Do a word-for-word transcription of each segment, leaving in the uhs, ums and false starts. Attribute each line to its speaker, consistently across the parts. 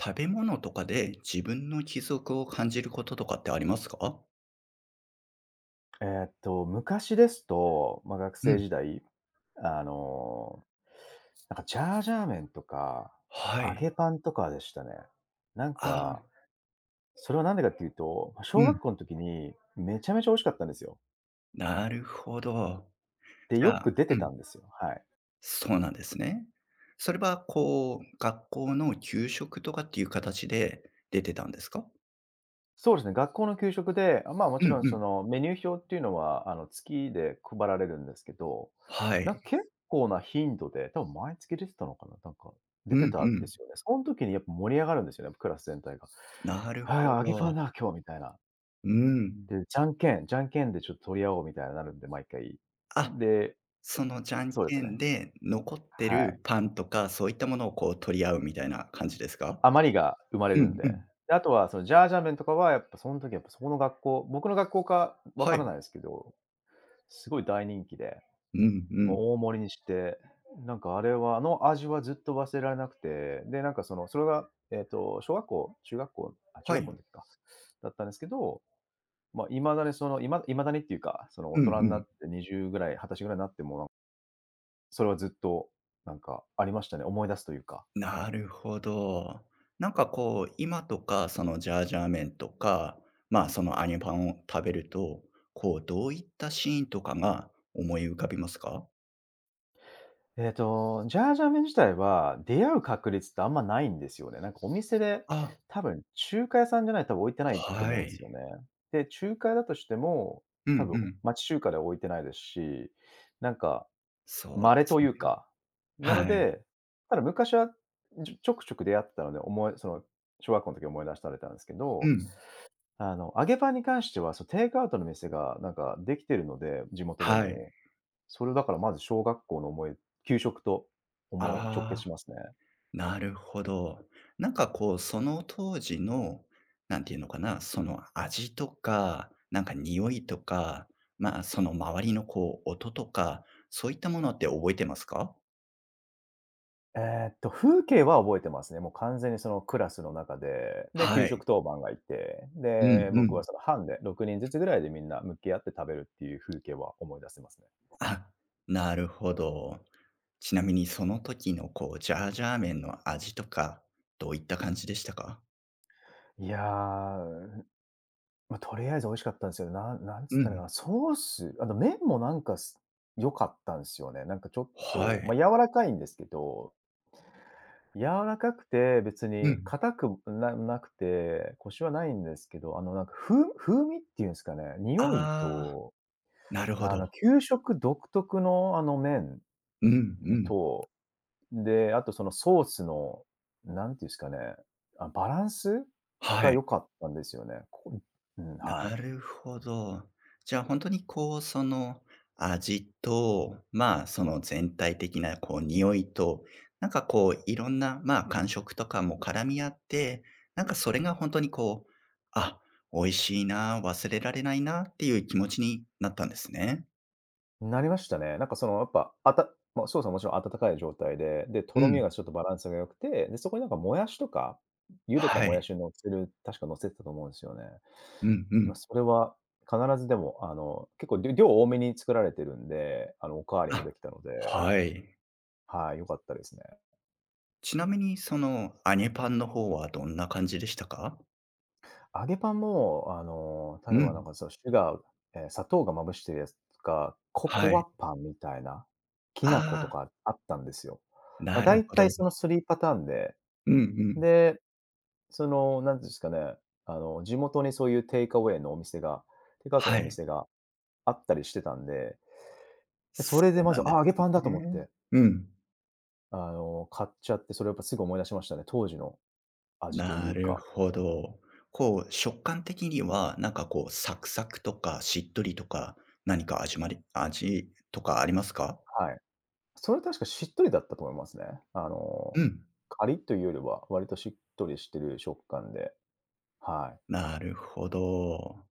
Speaker 1: 食べ物とかで自分の貴族を感じることとかってありますか？
Speaker 2: えーっと、昔ですと、まあ、学
Speaker 1: う
Speaker 2: 生
Speaker 1: ん。
Speaker 2: 時代、あの、なんかジャージャー麺とか、
Speaker 1: は
Speaker 2: 揚
Speaker 1: い。
Speaker 2: げパンとかでしたね。なん
Speaker 1: あ
Speaker 2: か、
Speaker 1: あ、
Speaker 2: それはなんでかっていうと、まあ
Speaker 1: う
Speaker 2: 小
Speaker 1: ん。
Speaker 2: 学校の時にめちゃめちゃ美味しかったんですよ。
Speaker 1: なるほど。
Speaker 2: で、
Speaker 1: じ
Speaker 2: よ
Speaker 1: ゃ
Speaker 2: く
Speaker 1: あ、
Speaker 2: 出
Speaker 1: う
Speaker 2: て
Speaker 1: ん、
Speaker 2: たんですよ。はい。
Speaker 1: そうなんですね。それはこう、学校の給食とかっていう形で出てたんですか？
Speaker 2: そうですね、学校の給食で、あまあ、も
Speaker 1: う
Speaker 2: ちろ
Speaker 1: ん
Speaker 2: ん
Speaker 1: う
Speaker 2: そ
Speaker 1: ん。
Speaker 2: のメニュー表っていうのは、あの、月で配られるんですけど、
Speaker 1: は
Speaker 2: なん
Speaker 1: い。
Speaker 2: か結構な頻度で、多分毎月出てたのかな、なんか、出
Speaker 1: う
Speaker 2: て
Speaker 1: ん
Speaker 2: た
Speaker 1: う
Speaker 2: んで
Speaker 1: ん。
Speaker 2: すよね。その時にやっぱ盛り上がるんですよね、クラス全体が。
Speaker 1: なる
Speaker 2: 「はい、
Speaker 1: ほ
Speaker 2: 揚げパン
Speaker 1: ど。
Speaker 2: だ、今日」みたいな。
Speaker 1: うん。
Speaker 2: で、じゃんけんじゃんけんでちょっと取り合おうみたいになるんで、毎回。
Speaker 1: あ、
Speaker 2: で
Speaker 1: そのじゃん
Speaker 2: そうです
Speaker 1: けん
Speaker 2: ね。
Speaker 1: で残って
Speaker 2: はい。
Speaker 1: るパンとか、そういったものをこう取り合うみたいな感じですか？
Speaker 2: 余りが生まれ
Speaker 1: う
Speaker 2: るん
Speaker 1: んう
Speaker 2: で。
Speaker 1: ん。
Speaker 2: で、あとはそのジャージャー麺とかはやっぱその時やっぱそこの学校、僕の学校かわ
Speaker 1: は
Speaker 2: からな
Speaker 1: い。
Speaker 2: いですけど、すごい大人気で、
Speaker 1: うんうん。
Speaker 2: もう大盛りにして、なんかあれは、あの味はずっと忘れられなくて、で、なんかその、それがえっと、小学校、中学校あ、中
Speaker 1: は
Speaker 2: 学校
Speaker 1: い。
Speaker 2: の時か、だったんですけど、まあ、未だにその、いまいまだにっていうか、その
Speaker 1: う
Speaker 2: 大
Speaker 1: んう
Speaker 2: 人にな
Speaker 1: ん。
Speaker 2: ってにじゅうぐらい、にじゅっさいぐらいになっても、なんそれはずっと、なんかありましたね、思い出すというか。
Speaker 1: なるほど。なんかこう、今とか、そのジャージャー麺とか、まあ、その揚げパンを食べると、こう、どういったシーンとかが思い浮かびますか？
Speaker 2: えっと、ジャージャー麺自体は、出会う確率ってあんまないんですよね。なんかお店で、
Speaker 1: あ、
Speaker 2: 多分中華屋さんじゃないと多分置いてないと
Speaker 1: は
Speaker 2: 思うんですよ
Speaker 1: い。
Speaker 2: ね。で、中華屋だとしても、
Speaker 1: う
Speaker 2: 多
Speaker 1: ん
Speaker 2: 分
Speaker 1: うん。
Speaker 2: 町中華では置いてないですし、なんか
Speaker 1: そうで
Speaker 2: 稀
Speaker 1: す
Speaker 2: とい
Speaker 1: ね。
Speaker 2: うか、なの
Speaker 1: はい。
Speaker 2: で、ただ昔は、ちょちょくちょく出会ってたので、思いその、小学校の時思い出されたんですけ
Speaker 1: う
Speaker 2: ど、
Speaker 1: ん。
Speaker 2: あの、揚げパンに関しては、そう、テイクアウトの店がなんかできてるので、地元で
Speaker 1: は
Speaker 2: も。
Speaker 1: い。
Speaker 2: それをだからまず小学校の思い給食と思う直結
Speaker 1: あ
Speaker 2: し
Speaker 1: あ。
Speaker 2: ますね。
Speaker 1: なるほど。なんかこう、その当時の、なんていうのかな、その味とか、なんか匂いとか、まあ、その周りのこう、音とか、そういったものって覚えてますか？
Speaker 2: えっと、風景は覚えてますね。もう完全にそのクラスの中で、で、給
Speaker 1: はい。
Speaker 2: 食当番がいて、
Speaker 1: うん
Speaker 2: で、
Speaker 1: う
Speaker 2: 僕
Speaker 1: ん。
Speaker 2: はその班でろくにんずつぐらいでみんな向き合って食べるっていう風景は思い出せますね。
Speaker 1: あ、なるほど。ちなみにその時のこう、ジャージャー麺の味とか、どういった感じでしたか？
Speaker 2: いや、まあ、とりあえず美味しかったんですよ。ななんつ
Speaker 1: う
Speaker 2: ったらいいか
Speaker 1: ん。
Speaker 2: な、ソース、あと麺もなんか、す良かったんですよね。なんかちょっ
Speaker 1: は
Speaker 2: と、ま
Speaker 1: い。
Speaker 2: あ、柔らかいんですけど、柔らかくて別
Speaker 1: う
Speaker 2: に
Speaker 1: ん。
Speaker 2: 硬くななくて、コシはないんですけど、あのなんか風風味っていうんですかね、
Speaker 1: あ
Speaker 2: 匂い
Speaker 1: あ、
Speaker 2: と、
Speaker 1: なるほ
Speaker 2: あ
Speaker 1: ど。
Speaker 2: の給食独特のあの麺
Speaker 1: うんうん。
Speaker 2: と、で、あとそのソースの、なんていうんですかね、あ、バランス
Speaker 1: は
Speaker 2: が
Speaker 1: い。
Speaker 2: 良かったんですよね。こうん、
Speaker 1: な
Speaker 2: はい。
Speaker 1: るほど。じゃあ、本当にこう、その、味と、まあ、その全体的なこう匂いと、なんかこういろんな、まあ、感触とかも絡み合って、なんかそれが本当にこう、あ、美味しいな、忘れられないなっていう気持ちになったんですね。
Speaker 2: なりましたね。なんかそのやっぱ、あたまあ、ソースはもちろん温かい状態で、で、と
Speaker 1: う
Speaker 2: ろみ
Speaker 1: ん。
Speaker 2: がちょっとバランスが良くて、で、そこになんかもやしとか、茹でた
Speaker 1: は
Speaker 2: もや
Speaker 1: い。
Speaker 2: しを乗せる確か乗せてたと思うんですよね。
Speaker 1: うんう
Speaker 2: まあ、
Speaker 1: ん。
Speaker 2: それは必ずでも、あの、結構りょ量多めに作られてるんで、あの、おかわりもで
Speaker 1: あ、
Speaker 2: きたので、
Speaker 1: はい。
Speaker 2: はい、良かったですね。
Speaker 1: ちなみにその揚げパンの方はどんな感じでしたか？
Speaker 2: 揚げパンも、あの、例え
Speaker 1: う
Speaker 2: ばなん
Speaker 1: ん。
Speaker 2: かそのシュガーえー砂糖がまぶしてるやつとか、コ
Speaker 1: は
Speaker 2: コア
Speaker 1: い。
Speaker 2: パンみたいな、き
Speaker 1: あ
Speaker 2: な粉と
Speaker 1: あ、
Speaker 2: かあったんですよ。まあ、
Speaker 1: な
Speaker 2: だ
Speaker 1: る
Speaker 2: い
Speaker 1: ほ
Speaker 2: たい
Speaker 1: ど。
Speaker 2: そのさんパターンで
Speaker 1: うんうん。
Speaker 2: で、その、なんていうんですかね、あの、地元にそういうテイクアウェイのお店がテイクアウトの
Speaker 1: は
Speaker 2: お
Speaker 1: い、
Speaker 2: 店があったりしてたんで、そ
Speaker 1: そ
Speaker 2: れで
Speaker 1: う
Speaker 2: ま
Speaker 1: な
Speaker 2: ず、
Speaker 1: んで
Speaker 2: あ、揚げ
Speaker 1: す
Speaker 2: パンだと思っ
Speaker 1: ね。
Speaker 2: て、
Speaker 1: うん、
Speaker 2: あの、買っちゃって、それやっぱすぐ思い出しましたね。当時の味とい
Speaker 1: な
Speaker 2: う
Speaker 1: る
Speaker 2: か、
Speaker 1: ほど。こう、食感的には、なんかこう、サクサクとかしっとりとか、何か味まり味とかありますか？
Speaker 2: はい。それ確かしっとりだったと思いますね。あ
Speaker 1: う
Speaker 2: の、
Speaker 1: ん、
Speaker 2: カリッというよりは、割としっとりしてる食感で、はい。
Speaker 1: なるほど。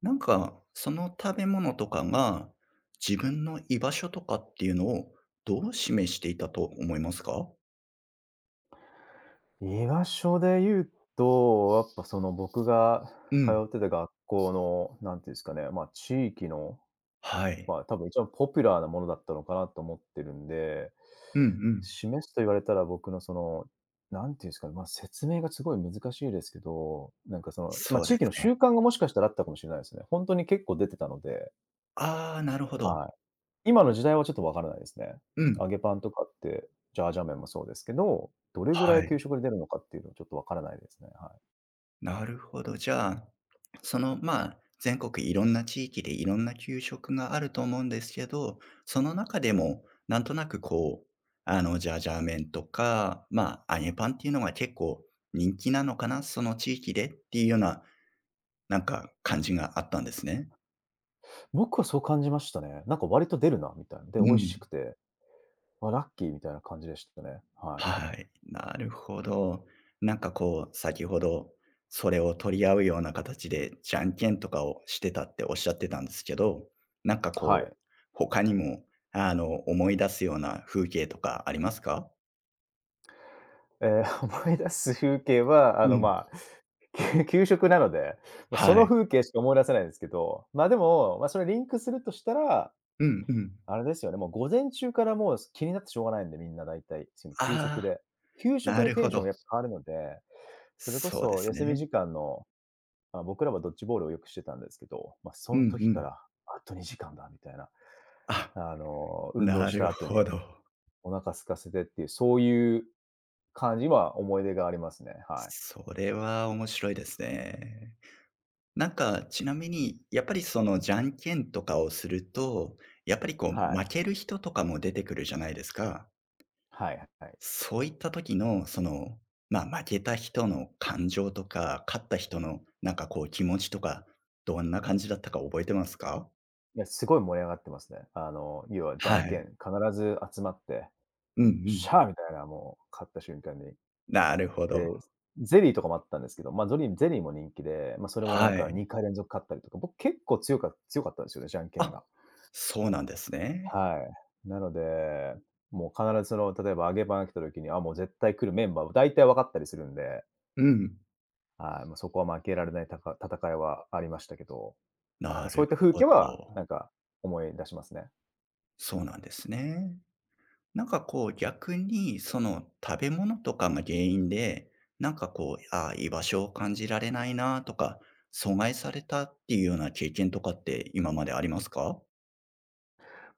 Speaker 1: なんか、その食べ物とかが、自分の居場所とかっていうのを、どう示していたと思いますか？
Speaker 2: 居場所で言うと、やっぱその僕が
Speaker 1: う
Speaker 2: 通
Speaker 1: ん、
Speaker 2: ってた学校の、なんていうんですかね、ま、地域の
Speaker 1: はい。
Speaker 2: まあ、多分一番ポピュラーなものだったのかなと思ってるんで、
Speaker 1: うんうん。
Speaker 2: 示すと言われたら僕のその、何ていうんですかね、まあ、説明がすごい難しいですけど、なんかその、まあ、
Speaker 1: そう
Speaker 2: 地
Speaker 1: です
Speaker 2: 域の習
Speaker 1: ね。
Speaker 2: 慣がもしかしたらあったかもしれないですね。本当に結構出てたので、
Speaker 1: ああ、なるほど。
Speaker 2: はい。今の時代はちょっとわからないですね。
Speaker 1: う
Speaker 2: 揚
Speaker 1: ん、
Speaker 2: げパンとかって、ジャージャー麺もそうですけど、どれぐら
Speaker 1: は
Speaker 2: い
Speaker 1: い。
Speaker 2: 給食で出るのかっていうのはちょっとわからないですね、はい。
Speaker 1: なるほど。じゃあ、その、まあ、全国いろんな地域でいろんな給食があると思うんですけど、その中でもなんとなくこう、あの、ジャージャー麺とか、まあ、揚げパンっていうのが結構人気なのかな、その地域でっていうような、なんか感じがあったんですね。
Speaker 2: 僕はそう感じましたね。なんか割と出るなみたいな。で、
Speaker 1: う
Speaker 2: 美味し
Speaker 1: ん。
Speaker 2: くて、あ、ラッキーみたいな感じでしたね。はい。
Speaker 1: はい、なるほど。なんかこう、先ほど、それを取り合うような形で、じゃんけんとかをしてたっておっしゃってたんですけど、なんか
Speaker 2: は
Speaker 1: こう、
Speaker 2: い。
Speaker 1: 他にも、あの、思い出すような風景とかありますか？
Speaker 2: えー 思い出す風景は、あ
Speaker 1: う
Speaker 2: の、
Speaker 1: ん。
Speaker 2: まあ、給 給食なので、もうそ
Speaker 1: は
Speaker 2: の
Speaker 1: い。
Speaker 2: 風景しか思い出せないんですけど、まあ、でも、ま、それリンクするとしたら、
Speaker 1: うんうん。
Speaker 2: あれですよね、もう午前中からもう気になってしょうがないんで、みんな大体、その給食
Speaker 1: ああ、
Speaker 2: で。給
Speaker 1: な
Speaker 2: 食で
Speaker 1: る
Speaker 2: テ
Speaker 1: ほ
Speaker 2: ンション
Speaker 1: ど。
Speaker 2: やっぱ変わるので、それこ
Speaker 1: そうで
Speaker 2: そ
Speaker 1: す
Speaker 2: 休み
Speaker 1: ね。
Speaker 2: 時間の、まあ、僕らはドッジボールをよくしてたんですけど、ま、そ
Speaker 1: う
Speaker 2: の
Speaker 1: ん
Speaker 2: 時
Speaker 1: う
Speaker 2: か
Speaker 1: ん。
Speaker 2: ら、あとにじかんだみたいな、
Speaker 1: あ、
Speaker 2: あの、運動
Speaker 1: な
Speaker 2: した
Speaker 1: る
Speaker 2: 後
Speaker 1: ほ
Speaker 2: に
Speaker 1: ど。
Speaker 2: お腹空かせてっていう、そういう感じは思い出がありますね。はい。
Speaker 1: それは面白いですね。なんか、ちなみに、やっぱりその、じゃんけんとかをすると、やっぱりこう、
Speaker 2: は
Speaker 1: 負
Speaker 2: い。
Speaker 1: ける人とかも出てくるじゃないですか。
Speaker 2: はいはいい。
Speaker 1: そういった時の、その、まあ、負けた人の感情とか、勝った人の、なんかこう、気持ちとか、どんな感じだったか覚えてますか？
Speaker 2: や、すごい盛り上がってますね。あの、要はじゃ
Speaker 1: は
Speaker 2: んけん、
Speaker 1: い。
Speaker 2: 必ず集まって、
Speaker 1: うんうん。
Speaker 2: シャーみたいな、もう勝った瞬間に。
Speaker 1: なるほど。
Speaker 2: で、ゼリーとかもあったんですけど、まあ、ゾリーゼリーも人気で、まあ、それもなん
Speaker 1: は
Speaker 2: か
Speaker 1: い。
Speaker 2: にかい連続勝ったりとか、僕結構強か強かったんですよね、じゃんけん
Speaker 1: あ、
Speaker 2: が。
Speaker 1: そうなんですね。
Speaker 2: はい。なので、もう必ずその、例えば揚げパンが来た時に、あ、もう絶対来るメンバー、大体分かったりするんで、
Speaker 1: うん。
Speaker 2: はい、もうそこは負けられないたか戦いはありましたけど、まあ、
Speaker 1: な
Speaker 2: そう
Speaker 1: る
Speaker 2: いった風
Speaker 1: ほ
Speaker 2: 景は、
Speaker 1: ど。
Speaker 2: なんか思い出しますね。
Speaker 1: そうなんですね。なんかこう逆に、その食べ物とかが原因で、なんかこう、ああ、居場所を感じられないなとか、阻害されたっていうような経験とかって今までありますか？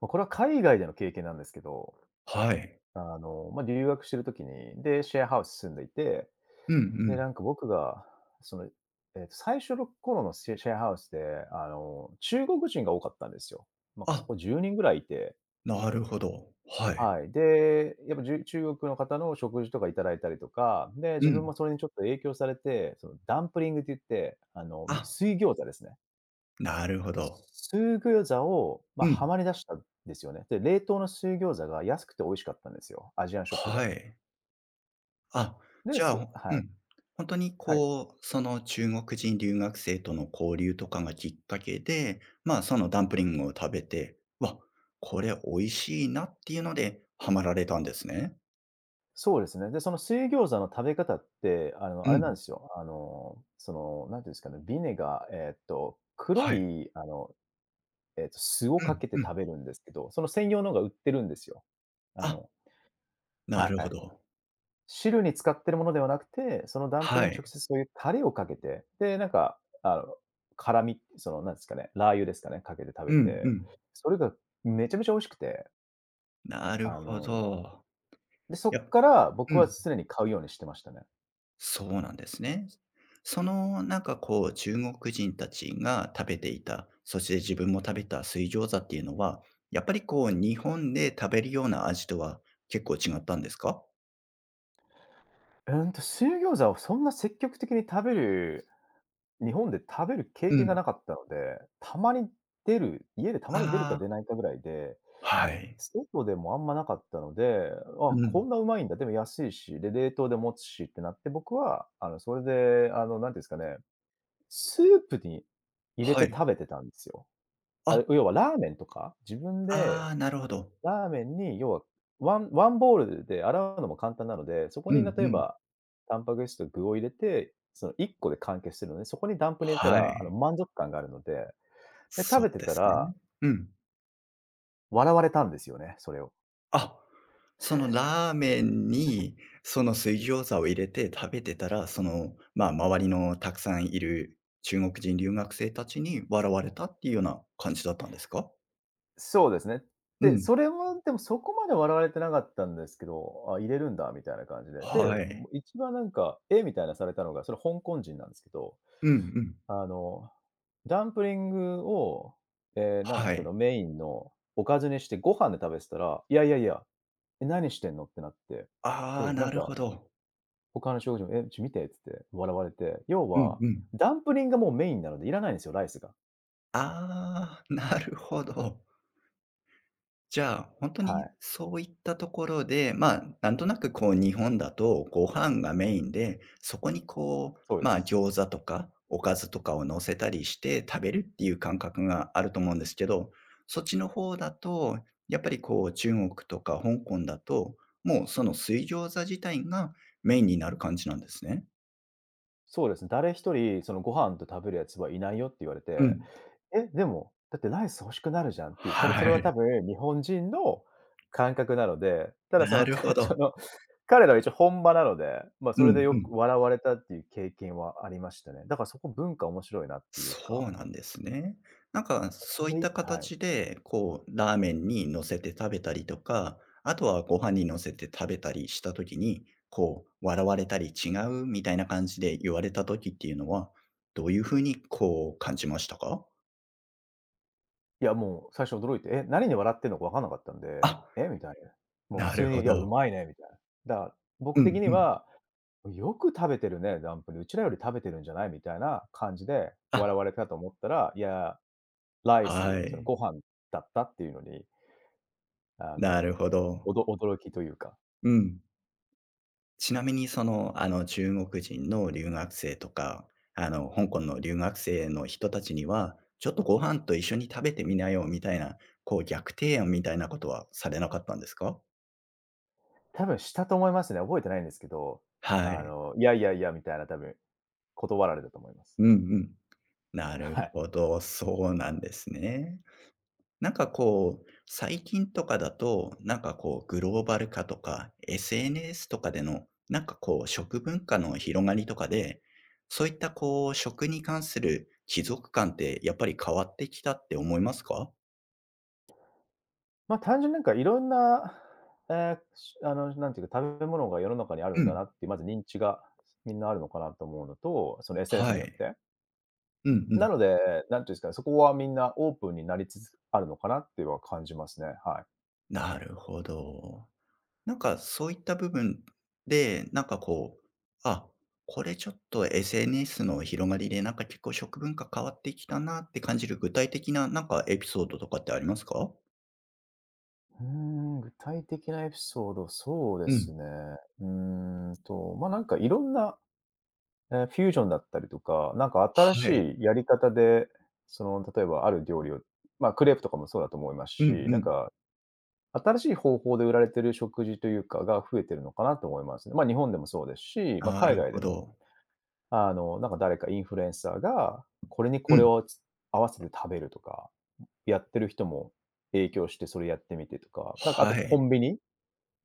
Speaker 2: ま、これは海外での経験なんですけど、
Speaker 1: はい。
Speaker 2: あの、ま、留学してる時に、で、シェアハウス住んでいて、
Speaker 1: うんう
Speaker 2: で、
Speaker 1: ん。
Speaker 2: なんか僕が、その、えっと、最初の頃のシェシェアハウスで、あの、中国人が多かったんですよ。なんかそ
Speaker 1: あ、
Speaker 2: こじゅうにんぐらいいて、
Speaker 1: なるほど。はい。
Speaker 2: はい。で、やっぱ、じゅ中国の方の食事とかいただいたりとか、で、
Speaker 1: う
Speaker 2: 自分
Speaker 1: ん。
Speaker 2: もそれにちょっと影響されて、そのダンプリングって言って、あの、
Speaker 1: あ、
Speaker 2: 水餃子ですね。
Speaker 1: なるほど。
Speaker 2: 水餃子を、まあ、
Speaker 1: う
Speaker 2: は
Speaker 1: ん。
Speaker 2: まり出したんですよね。で、冷凍の水餃子が安くて美味しかったんですよ、アジアンショップで。
Speaker 1: はい。あ、
Speaker 2: で、
Speaker 1: じゃ
Speaker 2: す
Speaker 1: あ、う
Speaker 2: はい、
Speaker 1: ん、本当に
Speaker 2: はい。
Speaker 1: こう、その中国人留学生との交流とかがきっかけで、まあ、そのダンプリングを食べて、わ、これ美味しいなっていうのでハマられたんですね。
Speaker 2: そうですね。で、その水餃子の食べ方って、あの、
Speaker 1: う
Speaker 2: あれなんで
Speaker 1: ん。
Speaker 2: すよ、あの、その、なんていうんですかね、ビネガーえーっと、黒
Speaker 1: はい。
Speaker 2: い、あの、えーっと、酢をかけ
Speaker 1: う
Speaker 2: て
Speaker 1: んうん。
Speaker 2: 食べるんですけど、その専用のが売ってるんですよ。あ
Speaker 1: あ、
Speaker 2: の
Speaker 1: な
Speaker 2: は
Speaker 1: るほ
Speaker 2: い。
Speaker 1: ど。
Speaker 2: 汁に使ってるものではなくて、そのダンプリ
Speaker 1: は
Speaker 2: に
Speaker 1: い。
Speaker 2: 直接そういうタレをかけて、で、なんか、あの、辛み、その、なんですかね、ラー油ですかね、かけて食
Speaker 1: う
Speaker 2: べ
Speaker 1: んう
Speaker 2: て、
Speaker 1: ん。
Speaker 2: それがめちゃめちゃ美味しくて、
Speaker 1: なる
Speaker 2: あ
Speaker 1: ほ
Speaker 2: の、
Speaker 1: ど。
Speaker 2: で、そ
Speaker 1: いや、
Speaker 2: っから僕
Speaker 1: う
Speaker 2: は
Speaker 1: ん、
Speaker 2: 常に買うようにしてましたね。
Speaker 1: そうなんですね。そのなんかこう中国人たちが食べていた、そして自分も食べた水餃子っていうのは、やっぱりこう日本で食べるような味とは結構違ったんですか？
Speaker 2: うんと、水餃子をそんな積極的に食べる日本で食べる経
Speaker 1: う
Speaker 2: 験が
Speaker 1: ん。
Speaker 2: なかったので、たまに出る、家でたまに出るか
Speaker 1: あ
Speaker 2: 出ないかぐらいで
Speaker 1: あ、はい。
Speaker 2: 外でもあんまなかったので、
Speaker 1: う
Speaker 2: あ、こ
Speaker 1: ん。
Speaker 2: んなうまいんだ。でも安いし、で、冷凍で持つしってなって、僕は、あの、それで、あの、なんていうんですかね、スープに入れ
Speaker 1: は
Speaker 2: て
Speaker 1: い。
Speaker 2: 食べてたんですよ。あ
Speaker 1: あ、
Speaker 2: れ、要はラーメンとか、自分
Speaker 1: あ
Speaker 2: で
Speaker 1: あ、なるほど。
Speaker 2: ラーメンに要はワンワンボールで洗うのも簡単なので、そこ
Speaker 1: う
Speaker 2: に例
Speaker 1: んう
Speaker 2: え
Speaker 1: ん。
Speaker 2: ば、タンパク質と具を入れて、そのいっこで完結するので、そこにダンプに入れた
Speaker 1: は
Speaker 2: ら、あの、
Speaker 1: い、
Speaker 2: 満足感があるので、で、
Speaker 1: そ
Speaker 2: 食
Speaker 1: う
Speaker 2: べて
Speaker 1: で
Speaker 2: た
Speaker 1: す
Speaker 2: ら
Speaker 1: ね。うん。
Speaker 2: 笑われたんですよね、それを。
Speaker 1: あ、そのラーメンに、その水餃子を入れて食べてたら、その、まあ、周りのたくさんいる中国人留学生たちに笑われたっていうような感じだったんですか？
Speaker 2: そうですね。
Speaker 1: う
Speaker 2: で、
Speaker 1: ん。
Speaker 2: それはでもそこまで笑われてなかったんですけど、あ、入れるんだみたいな感じで。で、
Speaker 1: は
Speaker 2: も
Speaker 1: い。
Speaker 2: う一番なんか、え？みたいなされたのが、それ香港人なんですけど、
Speaker 1: うんうん。
Speaker 2: あの、ダンプリングを、ええ、なんで
Speaker 1: は
Speaker 2: すけ
Speaker 1: い。
Speaker 2: ど、メインのおかずにしてご飯で食べてたら、いやいやいや、え、何してんのってなって、
Speaker 1: あ
Speaker 2: お
Speaker 1: あ、
Speaker 2: い、な
Speaker 1: な
Speaker 2: ん
Speaker 1: る
Speaker 2: か、
Speaker 1: ほど。
Speaker 2: 他の食事も、え、ちょ見てっつって笑われて、要
Speaker 1: うん
Speaker 2: は、
Speaker 1: うん。
Speaker 2: ダンプリンがもうメインなのでいらないんですよ、ライスが。
Speaker 1: ああ、なるほど。じゃあ、本当
Speaker 2: は
Speaker 1: に
Speaker 2: い、
Speaker 1: そういったところで、まあ、なんとなくこう日本だとご飯がメインで、そこにこう、
Speaker 2: そうで
Speaker 1: まあ、
Speaker 2: す。
Speaker 1: 餃子とかおかずとかを乗せたりして食べるっていう感覚があると思うんですけど、そっちの方だと、やっぱりこう中国とか香港だと、もうその水餃子自体がメインになる感じなんですね。
Speaker 2: そうですね、誰一人そのご飯と食べるやつはいないよって言われ
Speaker 1: う
Speaker 2: て、
Speaker 1: ん。
Speaker 2: え、でも、だってライス欲しくなるじゃんっていう、それそ
Speaker 1: は
Speaker 2: れは多
Speaker 1: い。
Speaker 2: 分日本人の感覚なので、ただそ
Speaker 1: な
Speaker 2: の、
Speaker 1: る
Speaker 2: た
Speaker 1: ほ
Speaker 2: そ
Speaker 1: ど。
Speaker 2: の、彼らは一応本場なので、まあ、
Speaker 1: う
Speaker 2: それで
Speaker 1: ん
Speaker 2: よ
Speaker 1: うん。
Speaker 2: く笑われたっていう経験はありましたね。だからそこ文化面白いなっていう
Speaker 1: そ
Speaker 2: か、
Speaker 1: うなんですね。なんか、
Speaker 2: こ
Speaker 1: そういっ
Speaker 2: れ
Speaker 1: た
Speaker 2: はい。
Speaker 1: 形で、こう、ラーメンに乗せて食べたりとか、あとはご飯に乗せて食べたりした時に、こう、笑われたり違うみたいな感じで言われた時っていうのは、どういうふうにこう感じましたか？
Speaker 2: いや、もう最初驚いて、え、何に笑ってんのか分かんなかったんで、
Speaker 1: あ、
Speaker 2: え、みたいな。もう普
Speaker 1: な
Speaker 2: 通
Speaker 1: る
Speaker 2: に、
Speaker 1: ほ
Speaker 2: いや、う
Speaker 1: ど。
Speaker 2: まいねみたいな。だから、僕
Speaker 1: う
Speaker 2: 的
Speaker 1: ん
Speaker 2: に
Speaker 1: うん。
Speaker 2: は、よく食べてるね、ダンプリ、うちらより食べてるんじゃないみたいな感じで
Speaker 1: あ、
Speaker 2: 笑われたと思ったら、いや、ライ
Speaker 1: は
Speaker 2: ス、その
Speaker 1: い。
Speaker 2: ご飯だったっていうのに、あ
Speaker 1: な
Speaker 2: の、
Speaker 1: るほど。
Speaker 2: おど驚きというか、
Speaker 1: うん。ちなみにその、あの、中国人の留学生とか、あの、香港の留学生の人たちには、ちょっとご飯と一緒に食べてみなよみたいな、こう逆提案みたいなことはされなかったんですか？
Speaker 2: 多分したと思いますね。覚えてないんですけど、
Speaker 1: は
Speaker 2: あ
Speaker 1: い。
Speaker 2: の、いやいやいやみたいな多分断られたと思います。
Speaker 1: うんうん。なる
Speaker 2: はい。
Speaker 1: ほど、そうなんですね。なんかこう、最近とかだと、なんかこう、グローバル化とか、エスエヌエス とかでの、なんかこう、食文化の広がりとかで、そういったこう、食に関する貴族感ってやっぱり変わってきたって思いますか？
Speaker 2: まあ、単純になんかいろんな、えーしあの、なんていうか、食べ物が世の中にある
Speaker 1: う
Speaker 2: んだな
Speaker 1: ん。
Speaker 2: っていう、まず認知がみんなあるのかなと思うのと、その エスエヌエス
Speaker 1: は
Speaker 2: によっ
Speaker 1: い。
Speaker 2: て。
Speaker 1: うんう
Speaker 2: な
Speaker 1: ん。
Speaker 2: ので、なんていうんですかね、そこはみんなオープンになりつつあるのかなっていうのは感じますね、は
Speaker 1: なるほど。なんかそういった部分で、なんかこう、あ、これちょっと エスエヌエス の広がりで、なんか結構食文化変わってきたなって感じる具体的な、なんかエピソードとかってありますか？
Speaker 2: い。うーん、具体的なエピソード、そうで
Speaker 1: う
Speaker 2: す
Speaker 1: ん。
Speaker 2: ね。うーんと、ま、なんかいろんな、ええ、フュージョンだったりとか、なんか新
Speaker 1: はい。
Speaker 2: しいやり方で、その、例えばある料理を、ま、クレープとかもそうだと思います
Speaker 1: うん
Speaker 2: し、
Speaker 1: う
Speaker 2: なん
Speaker 1: ん。
Speaker 2: か新しい方法で売られてる食事というかが増えてるのかなと思いますね。ま、日本でもそうですし、ま、
Speaker 1: な
Speaker 2: 海
Speaker 1: る
Speaker 2: 外
Speaker 1: ほ
Speaker 2: でも、
Speaker 1: ど。
Speaker 2: あの、なんか誰かインフルエンサーが、これに
Speaker 1: う
Speaker 2: これ
Speaker 1: ん。
Speaker 2: をつ合わせて食べるとか、やってる人も影響してそれやってみてとか、なんかあと
Speaker 1: は
Speaker 2: コ
Speaker 1: い。
Speaker 2: ンビニ、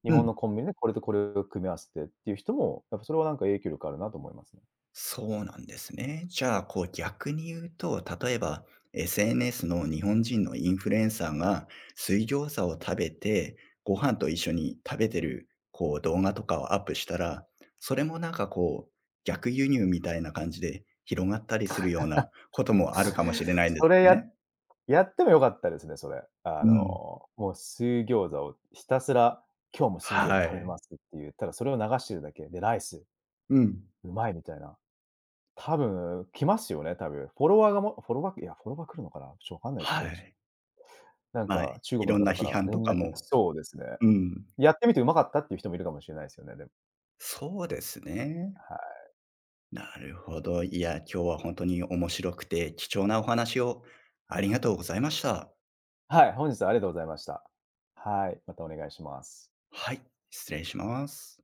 Speaker 2: 日
Speaker 1: う
Speaker 2: 本
Speaker 1: ん、
Speaker 2: のコンビニでこれとこれを組み合わせてっていう人も、やっぱそれはなんか影響力あるなと思いますね。
Speaker 1: そうなんですね。じゃあ、こう逆に言うと、例えば エスエヌエス の日本人のインフルエンサーが水餃子を食べて、ご飯と一緒に食べてるこう動画とかをアップしたら、それもなんかこう逆輸入みたいな感じで広がったりするようなこともあるかもし れないんで
Speaker 2: そ
Speaker 1: す
Speaker 2: れや
Speaker 1: ね。
Speaker 2: やっても良かったですね、それ。あ
Speaker 1: うん。
Speaker 2: の、もう水餃子をひたすら、今日も水餃子
Speaker 1: は
Speaker 2: 食べ
Speaker 1: い。
Speaker 2: ますって言ったら、それを流してるだけで、ライス、
Speaker 1: うん。
Speaker 2: うまいみたいな。多分来ますよね、多分。フォロワーがもフォロワーいや、フォロワー来るのかな、ちょっとわかんないですけ
Speaker 1: は
Speaker 2: ど、ち
Speaker 1: い。
Speaker 2: なん
Speaker 1: まあ、
Speaker 2: か中
Speaker 1: い
Speaker 2: 国の
Speaker 1: ろんな
Speaker 2: 方か
Speaker 1: 批
Speaker 2: ら
Speaker 1: 判と
Speaker 2: 連
Speaker 1: か
Speaker 2: 絡来
Speaker 1: も。
Speaker 2: そうですね。
Speaker 1: うん。
Speaker 2: やってみてうまかったっていう人もいるかもしれないですよね、でも。
Speaker 1: そうですね。
Speaker 2: はい。
Speaker 1: なるほど。いや、今日は本当に面白くて貴重なお話をありがとうございました。
Speaker 2: はい、本日はありがとうございました。はい、またお願いします。
Speaker 1: はい、失礼します。